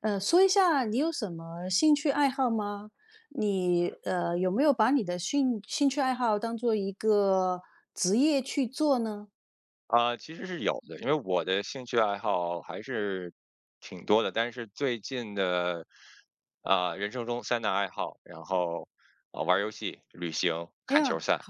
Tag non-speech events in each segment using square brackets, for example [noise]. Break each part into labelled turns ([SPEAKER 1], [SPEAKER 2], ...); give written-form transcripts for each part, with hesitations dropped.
[SPEAKER 1] 说一下你有什么兴趣爱好吗？你有没有把你的兴趣爱好当做一个职业去做呢？
[SPEAKER 2] 啊，其实是有的，因为我的兴趣爱好还是挺多的，但是最近的人生中三大爱好，然后玩儿游戏、旅行、
[SPEAKER 1] 哎
[SPEAKER 2] 看球
[SPEAKER 1] 呀，
[SPEAKER 2] 赛，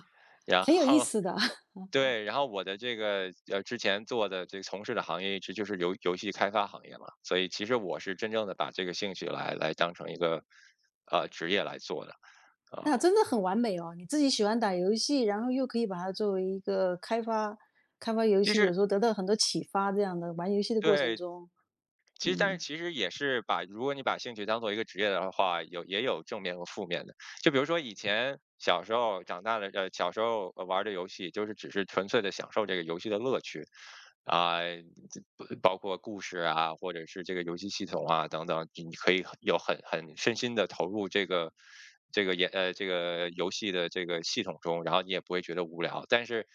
[SPEAKER 2] 然
[SPEAKER 1] 很有意
[SPEAKER 2] 后
[SPEAKER 1] 思的，[laughs]
[SPEAKER 2] [laughs] 对，然后我的这个之前做的这个从事的行业一直就是游戏开发行业嘛，所以其实我是真正的把这个兴趣来当成一个职业来做的啊、
[SPEAKER 1] 哎呀，
[SPEAKER 2] 呃
[SPEAKER 1] 真的很完美哦！你自己喜欢打游戏，然后又可以把它作为一个开发游
[SPEAKER 2] 其
[SPEAKER 1] 戏，有
[SPEAKER 2] 实
[SPEAKER 1] 时候得到很多启发，这样的玩游戏的过程
[SPEAKER 2] 对，
[SPEAKER 1] 中。
[SPEAKER 2] 其实，但是
[SPEAKER 1] 嗯。
[SPEAKER 2] 其实也是把，如果你把兴趣当做一个职业的话，也有正面和负面的。就比如说以前小时候长大了，小时候玩儿的游戏，就是只是纯粹的享受这个游戏的乐趣，啊、这不包括故事啊，或者是这个游戏系统啊等等，你可以很有很很身心的投入这个这个演呃这个游戏的这个系统中，然后你也不会觉得无聊。但是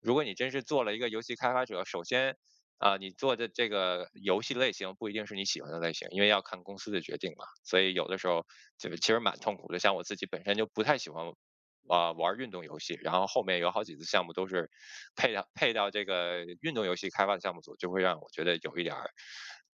[SPEAKER 2] 如果你真是做了一个游戏开发者，首先啊，你做的这个游戏类型不一定是你喜欢的类型，因为要看公司的决定嘛。所以有的时候就其实蛮痛苦的。像我自己本身就不太喜欢玩儿运动游戏，然后后面有好几次项目都是配到这个运动游戏开发的项目组，就会让我觉得有一点儿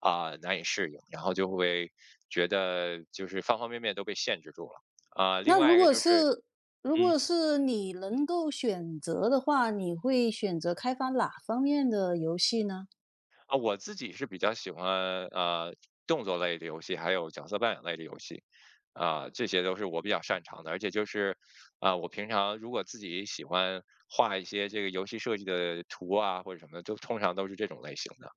[SPEAKER 2] 难以适应，然后就会觉得就是方方面面都被限制住了。另
[SPEAKER 1] 那如
[SPEAKER 2] 外一个
[SPEAKER 1] 果
[SPEAKER 2] 就是。
[SPEAKER 1] 是如
[SPEAKER 2] 嗯。
[SPEAKER 1] 果是你能够选择的话，你会选择开发哪方面的游戏呢？
[SPEAKER 2] 啊，我自己是比较喜欢动作类的游戏，还有角色扮演类的游戏，这些都是我比较擅长的。而且就是我平常如果自己喜欢画一些这个游戏设计的图啊或者什么的，都通常都是这种类型的。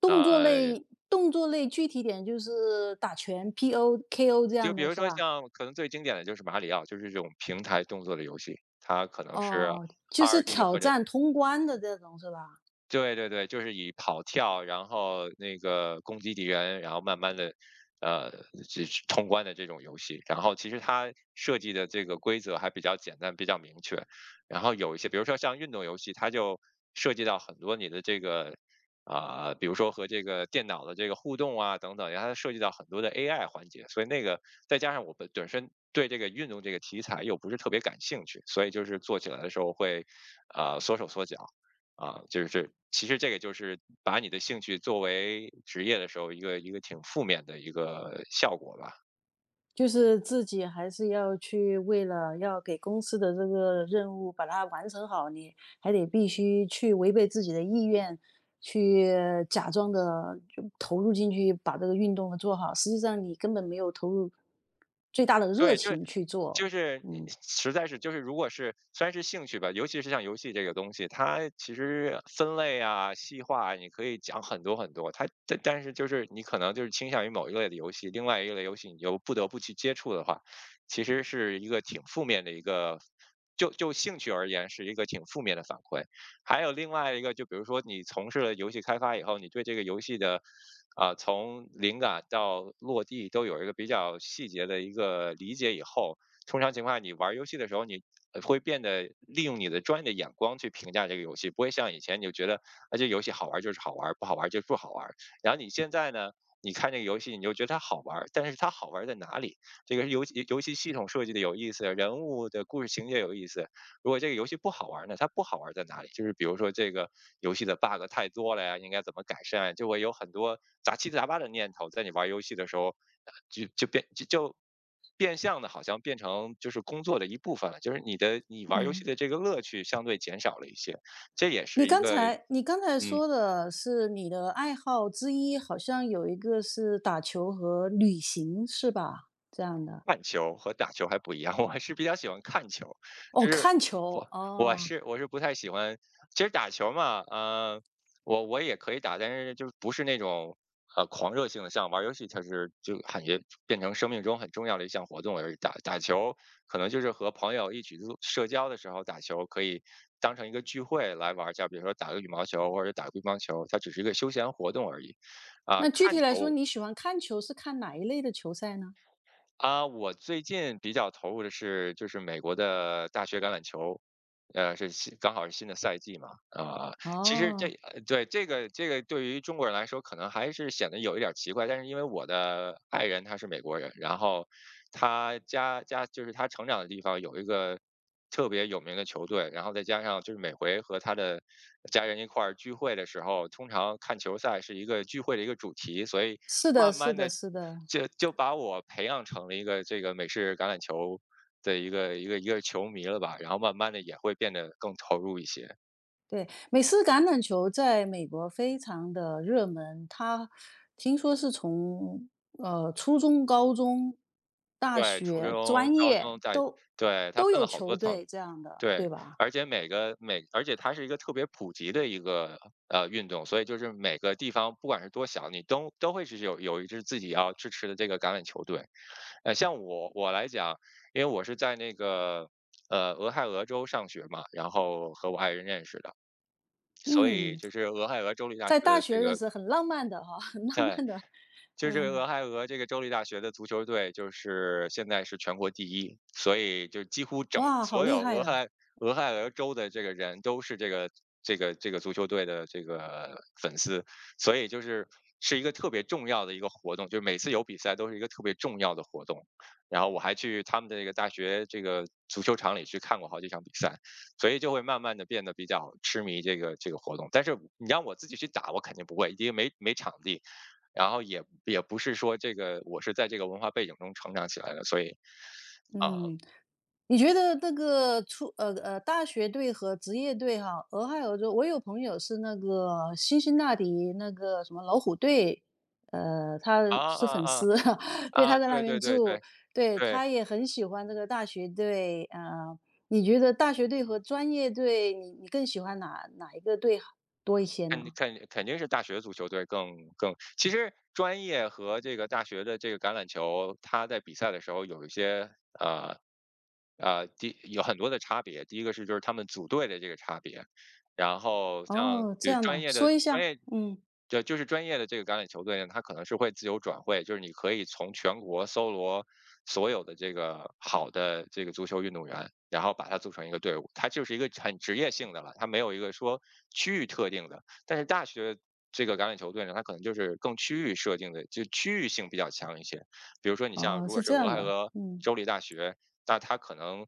[SPEAKER 1] 动作
[SPEAKER 2] 呃，
[SPEAKER 1] 类动作类具体点就是打拳、PO、KO 这
[SPEAKER 2] 就
[SPEAKER 1] 样
[SPEAKER 2] 比
[SPEAKER 1] 的
[SPEAKER 2] 如
[SPEAKER 1] 是
[SPEAKER 2] 说
[SPEAKER 1] 吧？
[SPEAKER 2] 像可能最经典的就是马里奥，就是这种平台动作的游戏，它可能是
[SPEAKER 1] 哦，就是
[SPEAKER 2] 二 d 的
[SPEAKER 1] 挑
[SPEAKER 2] 或者，
[SPEAKER 1] 战通关的这种是吧？
[SPEAKER 2] 对对对，就是以跑跳，然后那个攻击敌人，然后慢慢的，呃，这是通关的这种游戏。然后其实它设计的这个规则还比较简单，比较明确。然后有一些，比如说像运动游戏，它就涉及到很多你的这个比如说和这个电脑的这个互动啊等等，然后它涉及到很多的 AI 环节。所以那个再加上我本身对这个运动这个题材又不是特别感兴趣，所以就是做起来的时候会缩手缩脚。啊，就是其实这个就是把你的兴趣作为职业的时候，一个挺负面的一个效果吧。
[SPEAKER 1] 就是自己还是要去为了要给公司的这个任务把它完成好，你还得必须去违背自己的意愿，去假装的就投入进去把这个运动做好，实际上你根本没有投入最大的热
[SPEAKER 2] 对，就是
[SPEAKER 1] 情去做。
[SPEAKER 2] 就是你
[SPEAKER 1] 嗯
[SPEAKER 2] 实在是就是如果是虽然是兴趣吧，尤其是像游戏这个东西，它其实分类啊、细化啊你可以讲很多很多。它但是就是你可能就是倾向于某一类的游戏，另外一类游戏你又不得不去接触的话，其实是一个挺负面的一个，就兴趣而言是一个挺负面的反馈。还有另外一个，就比如说你从事了游戏开发以后，你对这个游戏的，从灵感到落地都有一个比较细节的一个理解以后，通常情况下你玩儿游戏的时候，你会变得利用你的专业的眼光去评价这个游戏，不会像以前你就觉得啊这游戏好玩儿就是好玩儿，不好玩儿就是不好玩儿。然后你现在呢？你看这个游戏，你就觉得它好玩儿，但是它好玩儿在哪里？这个游戏系统设计的有意思，人物的故事情节有意思，如果这个游戏不好玩呢，它不好玩在哪里？就是比如说这个游戏的 bug 太多了呀，应该怎么改善呀就会有很多杂七杂八的念头，在你玩游戏的时候，呃就就变就就变相的，好像变成就是工作的一部分了，就是你玩游戏
[SPEAKER 1] 嗯。
[SPEAKER 2] 的这个乐趣相对减少了一些，这也
[SPEAKER 1] 你
[SPEAKER 2] 是一
[SPEAKER 1] 刚
[SPEAKER 2] 个。
[SPEAKER 1] 才你刚才
[SPEAKER 2] 嗯
[SPEAKER 1] 说的是你的爱好之一，好像有一个是打球和旅行，是吧？这样的。
[SPEAKER 2] 看球和打球还不一样，我还是比较喜欢看球，
[SPEAKER 1] 哦，
[SPEAKER 2] 就是
[SPEAKER 1] 看球，
[SPEAKER 2] 我我
[SPEAKER 1] 哦。
[SPEAKER 2] 是我是不太喜欢，其实打球嘛，我也可以打，但是就是不是那种狂热性的，像玩游戏，它是就感觉变成生命中很重要的一项活动而已。打打球可能就是和朋友一起做社交的时候打球，可以当成一个聚会来玩一下，比如说打个羽毛球或者打个乒乓球，它只是一个休闲活动而已。
[SPEAKER 1] 那具体
[SPEAKER 2] 看
[SPEAKER 1] 来说，
[SPEAKER 2] 球
[SPEAKER 1] 你喜欢看球是看哪一类的球赛呢？
[SPEAKER 2] 啊，我最近比较投入的就是美国的大学橄榄球，刚好是新的赛季嘛，其实
[SPEAKER 1] 哦，
[SPEAKER 2] 对这个对于中国人来说可能还是显得有一点儿奇怪，但是因为我的爱人他是美国人，然后他家就是他成长的地方有一个特别有名的球队，然后再加上就是每回和他的家人一块儿聚会的时候，通常看球赛是一个聚会的一个主题，所以
[SPEAKER 1] 是的
[SPEAKER 2] 慢
[SPEAKER 1] 是
[SPEAKER 2] 慢
[SPEAKER 1] 的
[SPEAKER 2] 的，
[SPEAKER 1] 是的。
[SPEAKER 2] 就把我培养成了一个这个美式橄榄球的一个球迷了吧，然后慢慢的也会变得更投入一些。
[SPEAKER 1] 对。美式橄榄球在美国非常的热门，它听说是从初中、高中、大
[SPEAKER 2] 对，初
[SPEAKER 1] 学、
[SPEAKER 2] 中、
[SPEAKER 1] 专
[SPEAKER 2] 高
[SPEAKER 1] 业
[SPEAKER 2] 中在。
[SPEAKER 1] 都
[SPEAKER 2] 对，它
[SPEAKER 1] 都
[SPEAKER 2] 分
[SPEAKER 1] 有
[SPEAKER 2] 了好
[SPEAKER 1] 球
[SPEAKER 2] 多层。
[SPEAKER 1] 队这样的，对
[SPEAKER 2] 对，
[SPEAKER 1] 吧？
[SPEAKER 2] 而且每个而且它是一个特别普及的一个运动，所以就是每个地方不管是多小，你都会是有一支自己要支持的这个橄榄球队。像我来讲，因为我是在那个俄亥俄州上学嘛，然后和我爱人认识的，所以
[SPEAKER 1] 嗯，
[SPEAKER 2] 就是俄亥俄州立大学
[SPEAKER 1] 在大
[SPEAKER 2] 的这
[SPEAKER 1] 学认
[SPEAKER 2] 个。
[SPEAKER 1] 识很浪漫的哈，很浪
[SPEAKER 2] 对，
[SPEAKER 1] 漫的。
[SPEAKER 2] 就是这个
[SPEAKER 1] 嗯。
[SPEAKER 2] 俄亥俄这个州立大学的足球队，就是现在是全国第一，所以就几乎整
[SPEAKER 1] 哇，好
[SPEAKER 2] 所
[SPEAKER 1] 厉
[SPEAKER 2] 有
[SPEAKER 1] 害
[SPEAKER 2] 俄
[SPEAKER 1] 的。
[SPEAKER 2] 亥俄亥俄州的这个人都是这个足球队的这个粉丝，所以就是一个特别重要的一个活动，就是每次有比赛都是一个特别重要的活动。然后我还去他们的这个大学这个足球场里去看过好几场比赛，所以就会慢慢的变得比较痴迷这个活动。但是你让我自己去打，我肯定不会，因为没场地。然后也不是说这个我是在这个文化背景中成长起来的，所以啊
[SPEAKER 1] 嗯，你觉得那个大学队和职业队哈，俄亥俄州，我有朋友是那个辛辛那提那个什么老虎队，他
[SPEAKER 2] 啊
[SPEAKER 1] 是
[SPEAKER 2] 啊
[SPEAKER 1] 粉
[SPEAKER 2] 啊
[SPEAKER 1] 丝，[laughs] 对，他
[SPEAKER 2] 啊，
[SPEAKER 1] 在那
[SPEAKER 2] 对
[SPEAKER 1] 边
[SPEAKER 2] 对对
[SPEAKER 1] 住。
[SPEAKER 2] 对
[SPEAKER 1] 对，
[SPEAKER 2] 对。
[SPEAKER 1] 他也很喜欢这个大学队。你觉得大学队和专业队，你更喜欢哪一个队多一些
[SPEAKER 2] 肯
[SPEAKER 1] 呢？
[SPEAKER 2] 肯肯定是大学足球队更，其实专业和这个大学的这个橄榄球，它在比赛的时候有一些呃有很多的差别。第一个是就是他们组队的这个差别，然后像
[SPEAKER 1] 哦，
[SPEAKER 2] 比
[SPEAKER 1] 这
[SPEAKER 2] 如
[SPEAKER 1] 样的，说一
[SPEAKER 2] 专
[SPEAKER 1] 下。
[SPEAKER 2] 业，
[SPEAKER 1] 嗯。
[SPEAKER 2] 就是专业的这个橄榄球队呢，它可能是会自由转会，就是你可以从全国搜罗所有的这个好的这个足球运动员，然后把它组成一个队伍，它就是一个很职业性的了，它没有一个说区域特定的。但是大学这个橄榄球队呢，它可能就是更区域设定的，就区域性比较强一些。比如说，你像如
[SPEAKER 1] 哦，是
[SPEAKER 2] 果是
[SPEAKER 1] 这
[SPEAKER 2] 俄
[SPEAKER 1] 样的。
[SPEAKER 2] 亥俄
[SPEAKER 1] 嗯，
[SPEAKER 2] 州立大学，那它可能，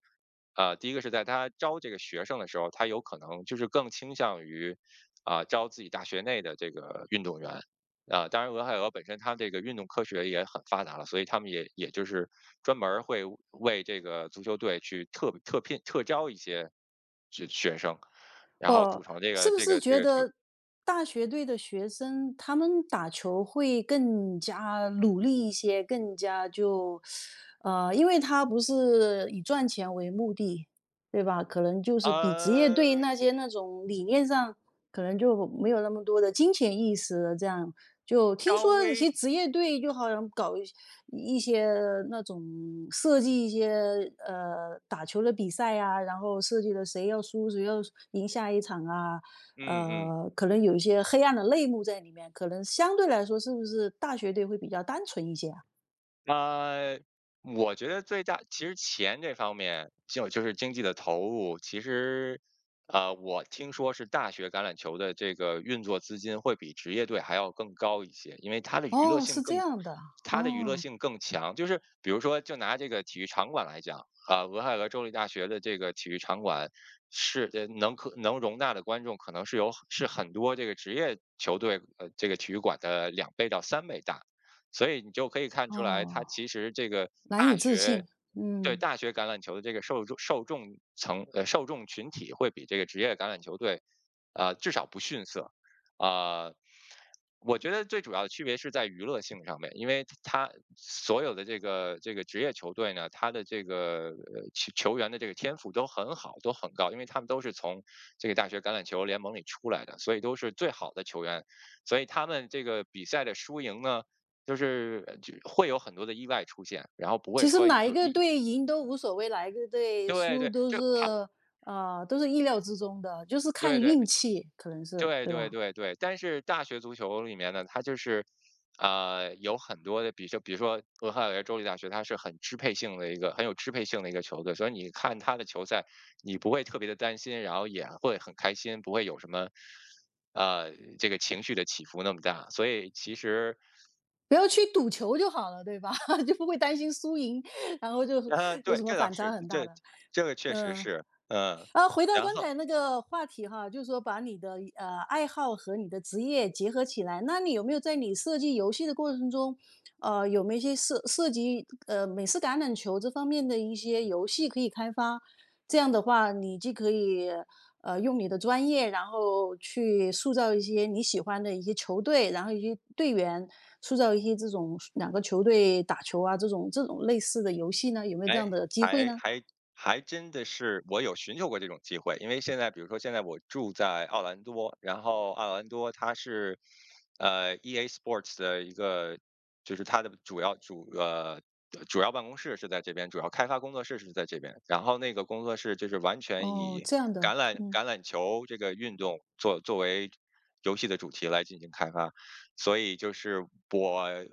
[SPEAKER 2] 第一个是在它招这个学生的时候，它有可能就是更倾向于，招自己大学内的这个运动员。当然，俄亥俄本身它这个运动科学也很发达了，所以他们也就是专门儿会为这个足球队去特聘特招一些学生，然后组
[SPEAKER 1] 我
[SPEAKER 2] 成这
[SPEAKER 1] 是
[SPEAKER 2] 个
[SPEAKER 1] 不
[SPEAKER 2] 这
[SPEAKER 1] 是
[SPEAKER 2] 个这
[SPEAKER 1] 觉
[SPEAKER 2] 个球
[SPEAKER 1] 得大学队的学生他们打球会更加努力一些，更加就，因为他不是以赚钱为目的，对吧？可能就是比职业队
[SPEAKER 2] 呃，
[SPEAKER 1] 那些那种理念上，可能就没有那么多的金钱意识了。这样，就听
[SPEAKER 2] 稍
[SPEAKER 1] 说一
[SPEAKER 2] 微
[SPEAKER 1] 些职业队就好像搞一些。一些那种设计一些打球的比赛啊，然后设计的谁要输谁要赢下一场啊。
[SPEAKER 2] 嗯嗯
[SPEAKER 1] 可能有一些黑暗的内幕在里面，可能相对来说是不是大学队会比较单纯一些啊？
[SPEAKER 2] 呃，我觉得最大其实钱这方面，就是经济的投入，其实，我听说是大学橄榄球的这个运作资金会比职业队还要更高一些，因为
[SPEAKER 1] 哦，是这样的。
[SPEAKER 2] 它的娱乐
[SPEAKER 1] 哦
[SPEAKER 2] 性更强。就是比如说，就拿这个体育场馆来讲，俄亥俄州立大学的这个体育场馆是可能容纳的观众可能是很多这个职业球队这个体育馆的2倍到3倍大。所以你就可以看出来，它
[SPEAKER 1] 哦，
[SPEAKER 2] 其实这个
[SPEAKER 1] 难以
[SPEAKER 2] 大
[SPEAKER 1] 置
[SPEAKER 2] 学
[SPEAKER 1] 信。
[SPEAKER 2] 对
[SPEAKER 1] 嗯。
[SPEAKER 2] 大学橄榄球的这个受众层,受众群体会比这个职业橄榄球队，至少不逊色，啊、我觉得最主要的区别是在娱乐性上面，因为它所有的这个职业球队呢，它的这个球员的这个天赋都很好，都很高，因为他们都是从这个大学橄榄球联盟里出来的，所以都是最好的球员，所以他们这个比赛的输赢呢，就是会有很多的意外出现，然后不
[SPEAKER 1] 其
[SPEAKER 2] 会
[SPEAKER 1] 实
[SPEAKER 2] 说
[SPEAKER 1] 哪一
[SPEAKER 2] 有
[SPEAKER 1] 个
[SPEAKER 2] 一，
[SPEAKER 1] 队赢都无所谓，哪一个队
[SPEAKER 2] 对
[SPEAKER 1] 输
[SPEAKER 2] 对，
[SPEAKER 1] 都是
[SPEAKER 2] 就他，
[SPEAKER 1] 都是意料之中的，就是
[SPEAKER 2] 对
[SPEAKER 1] 看
[SPEAKER 2] 对
[SPEAKER 1] 运气，可能是
[SPEAKER 2] 对
[SPEAKER 1] 对
[SPEAKER 2] 对
[SPEAKER 1] 吧？
[SPEAKER 2] 对对。但是大学足球里面呢，它就是，有很多的，比如说俄亥俄州立大学，它是很有支配性的一个球队，所以你看他的球赛，你不会特别的担心，然后也会很开心，不会有什么，呃，这个情绪的起伏那么大。所以其实，
[SPEAKER 1] 不要去赌球就好了，对吧？[laughs] 就不会担心输赢，然后就有什
[SPEAKER 2] 对，
[SPEAKER 1] 么
[SPEAKER 2] 这倒
[SPEAKER 1] 反差
[SPEAKER 2] 是，
[SPEAKER 1] 很大
[SPEAKER 2] 这
[SPEAKER 1] 的。
[SPEAKER 2] 这个确实
[SPEAKER 1] 嗯。
[SPEAKER 2] 是，嗯。
[SPEAKER 1] 回到
[SPEAKER 2] 然
[SPEAKER 1] 刚
[SPEAKER 2] 后
[SPEAKER 1] 才那个话题哈，就是说把你的爱好和你的职业结合起来。那你有没有在你设计游戏的过程中，有没有一些涉及美式橄榄球这方面的一些游戏可以开发？这样的话，你既可以用你的专业，然后去塑造一些你喜欢的一些球队，然后一些队员，塑造一些这种两个球队打球啊这种这种类似的游戏呢？有没有这
[SPEAKER 2] 哎，
[SPEAKER 1] 样的机会
[SPEAKER 2] 还
[SPEAKER 1] 呢？
[SPEAKER 2] 还还真的是我有寻求过这种机会，因为现在比如说现在我住在奥兰多，然后奥兰多它是EA Sports 的一个，就是它的主要办公室是在这边，主要开发工作室是在这边，然后那个工作室就是完全
[SPEAKER 1] 哦，
[SPEAKER 2] 以
[SPEAKER 1] 这样的。
[SPEAKER 2] 橄榄
[SPEAKER 1] 嗯。
[SPEAKER 2] 橄榄球这个运动作为游戏的主题来进行开发，所以就是我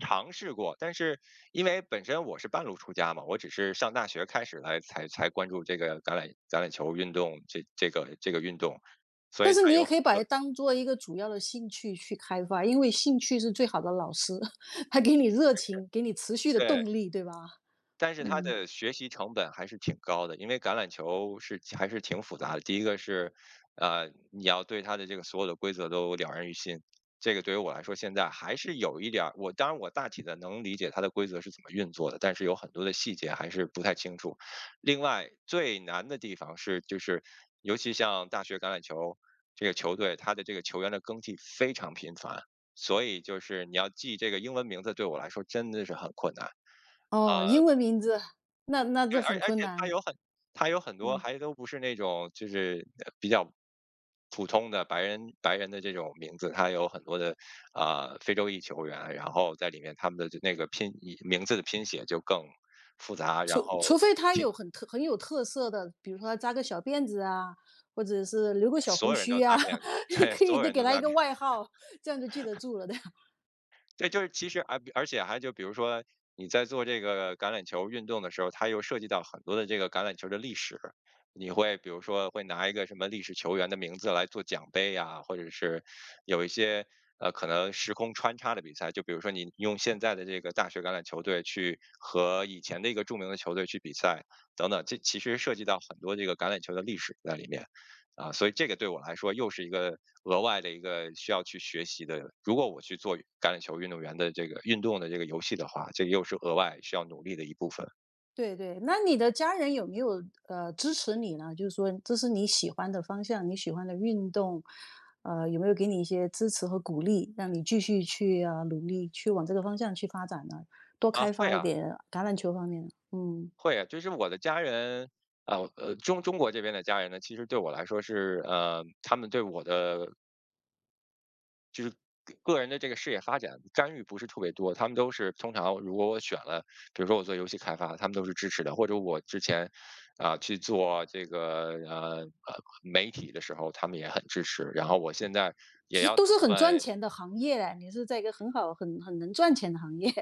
[SPEAKER 2] 尝试过，但是因为本身我是半路出家嘛，我只是上大学开始来才关注这个橄榄球运动这个运动，所
[SPEAKER 1] 但
[SPEAKER 2] 以
[SPEAKER 1] 是
[SPEAKER 2] 它
[SPEAKER 1] 你也
[SPEAKER 2] 有很
[SPEAKER 1] 可以把它
[SPEAKER 2] 多，
[SPEAKER 1] 当做一个主要的兴趣去开发，因为兴趣是最好的老师，[laughs] 它给你热情，给你持续的
[SPEAKER 2] 对。
[SPEAKER 1] 动力，对吧？
[SPEAKER 2] 但是它
[SPEAKER 1] 嗯。
[SPEAKER 2] 的学习成本还是挺高的，因为橄榄球是还是挺复杂的。第一个是，你要对它的这个所有的规则都了然于心，这个对于我来说现在还是有一点儿，当然我大体的能理解它的规则是怎么运作的，但是有很多的细节还是不太清楚。另外最难的地方是，就是尤其像大学橄榄球这个球队，它的这个球员的更替非常频繁，所以就是你要记这个英文名字，对我来说真的是很困难。
[SPEAKER 1] 哦，
[SPEAKER 2] 啊。
[SPEAKER 1] 英文名字。那
[SPEAKER 2] 对，
[SPEAKER 1] 就
[SPEAKER 2] 而
[SPEAKER 1] 很
[SPEAKER 2] 而
[SPEAKER 1] 困
[SPEAKER 2] 且
[SPEAKER 1] 难。
[SPEAKER 2] 它有很多
[SPEAKER 1] 嗯。
[SPEAKER 2] 还都不是那种就是比较普通的白人的这种名字，它有很多的非洲裔球员，然后在里面他们的就那个拼以名字的拼写就更复杂，然
[SPEAKER 1] 除除
[SPEAKER 2] 后
[SPEAKER 1] 非他有很特很有特色的，比如说他扎个小辫子啊，或者是留个小胡
[SPEAKER 2] 所有人都
[SPEAKER 1] 须啊，
[SPEAKER 2] 诈骗，
[SPEAKER 1] [laughs]
[SPEAKER 2] [laughs]
[SPEAKER 1] 你
[SPEAKER 2] 对，
[SPEAKER 1] 可以
[SPEAKER 2] 所有
[SPEAKER 1] 就
[SPEAKER 2] 人
[SPEAKER 1] 给
[SPEAKER 2] 都
[SPEAKER 1] 他一
[SPEAKER 2] 诈
[SPEAKER 1] 个
[SPEAKER 2] 骗。
[SPEAKER 1] 外号，这样就记得住了的。
[SPEAKER 2] 对，就是其实而且还就比如说你在做这个橄榄球运动的时候，它又涉及到很多的这个橄榄球的历史。你会比如说会拿一个什么历史球员的名字来做奖杯呀、或者是有一些可能时空穿插的比赛，就比如说你用现在的这个大学橄榄球队去和以前的一个著名的球队去比赛等等，这其实涉及到很多这个橄榄球的历史在里面。啊，所以这个对我来说又是一个额外的一个需要去学习的。如果我去做橄榄球运动员的这个运动的这个游戏的话，这又是额外需要努力的一部分
[SPEAKER 1] 对对，那你的家人有没有支持你呢？就是说这是你喜欢的方向，你喜欢的运动，有没有给你一些支持和鼓励，让你继续去努力去往这个方向去发展呢？多
[SPEAKER 2] 啊。
[SPEAKER 1] 开
[SPEAKER 2] 会
[SPEAKER 1] 发一
[SPEAKER 2] 啊，
[SPEAKER 1] 点橄榄球方面的。嗯，
[SPEAKER 2] 会啊，就是我的家人啊，中国这边的家人呢，其实对我来说是，他们对我的个人的这个事业发展干预不是特别多，他们都是通常如果我选了，比如说我做游戏开发，他们都是支持的，或者我之前去做这个媒体的时候，他们也很支持。然后我现在也
[SPEAKER 1] 其实
[SPEAKER 2] 要
[SPEAKER 1] 都
[SPEAKER 2] 打
[SPEAKER 1] 是很
[SPEAKER 2] 算
[SPEAKER 1] 赚钱的行业嘞，你是在一个很好、很能赚钱的行业。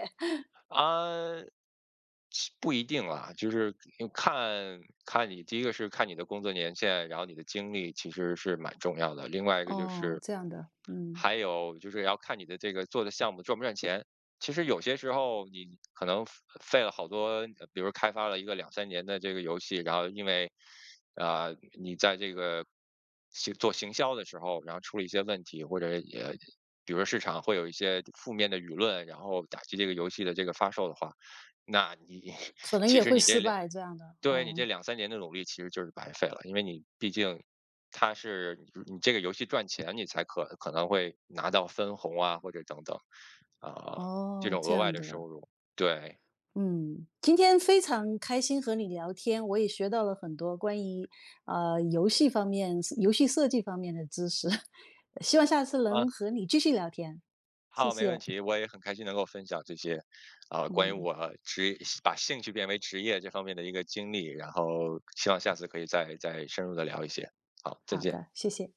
[SPEAKER 2] 啊、不一定啊，就是看看你第一个是看你的工作年限，然后你的经历其实是蛮重要的，另外
[SPEAKER 1] [laughs]。
[SPEAKER 2] 一个就
[SPEAKER 1] 哦，
[SPEAKER 2] 是
[SPEAKER 1] 这样的。嗯，
[SPEAKER 2] 还有就是要看你的这个做的项目赚不赚钱。其实有些时候你可能费了好多，比如开发了一个两三年的这个游戏，然后因为你在这个行做行销的时候，然后出了一些问题，或者也，比如市场会有一些负面的舆论，然后打击这个游戏的这个发售的话，那你 [laughs]
[SPEAKER 1] 可能
[SPEAKER 2] 其
[SPEAKER 1] 也
[SPEAKER 2] 实
[SPEAKER 1] 会
[SPEAKER 2] 你这
[SPEAKER 1] 失
[SPEAKER 2] 两
[SPEAKER 1] 败这样的。
[SPEAKER 2] 对，你这
[SPEAKER 1] 哦
[SPEAKER 2] 两三年的努力其实就是白费了，因为你毕竟它是你这个游戏赚钱，你才可能会拿到分红啊，或者等等，啊，这
[SPEAKER 1] 哦，
[SPEAKER 2] 种
[SPEAKER 1] 这
[SPEAKER 2] 额外
[SPEAKER 1] 样
[SPEAKER 2] 的
[SPEAKER 1] 的。
[SPEAKER 2] 收入。对，
[SPEAKER 1] 嗯，今天非常开心和你聊天，我也学到了很多关于游戏方面、游戏设计方面的知识，[laughs] 希望下次能
[SPEAKER 2] 啊，
[SPEAKER 1] 和你继续聊天。谢
[SPEAKER 2] 好，没问
[SPEAKER 1] 谢。
[SPEAKER 2] 题，我也很开心能够分享这些，啊，关于
[SPEAKER 1] 嗯。
[SPEAKER 2] 我把兴趣变为职业这方面的一个经历，然后希望下次可以再深入的聊一些。好，再
[SPEAKER 1] 好
[SPEAKER 2] 见。
[SPEAKER 1] 的，谢谢。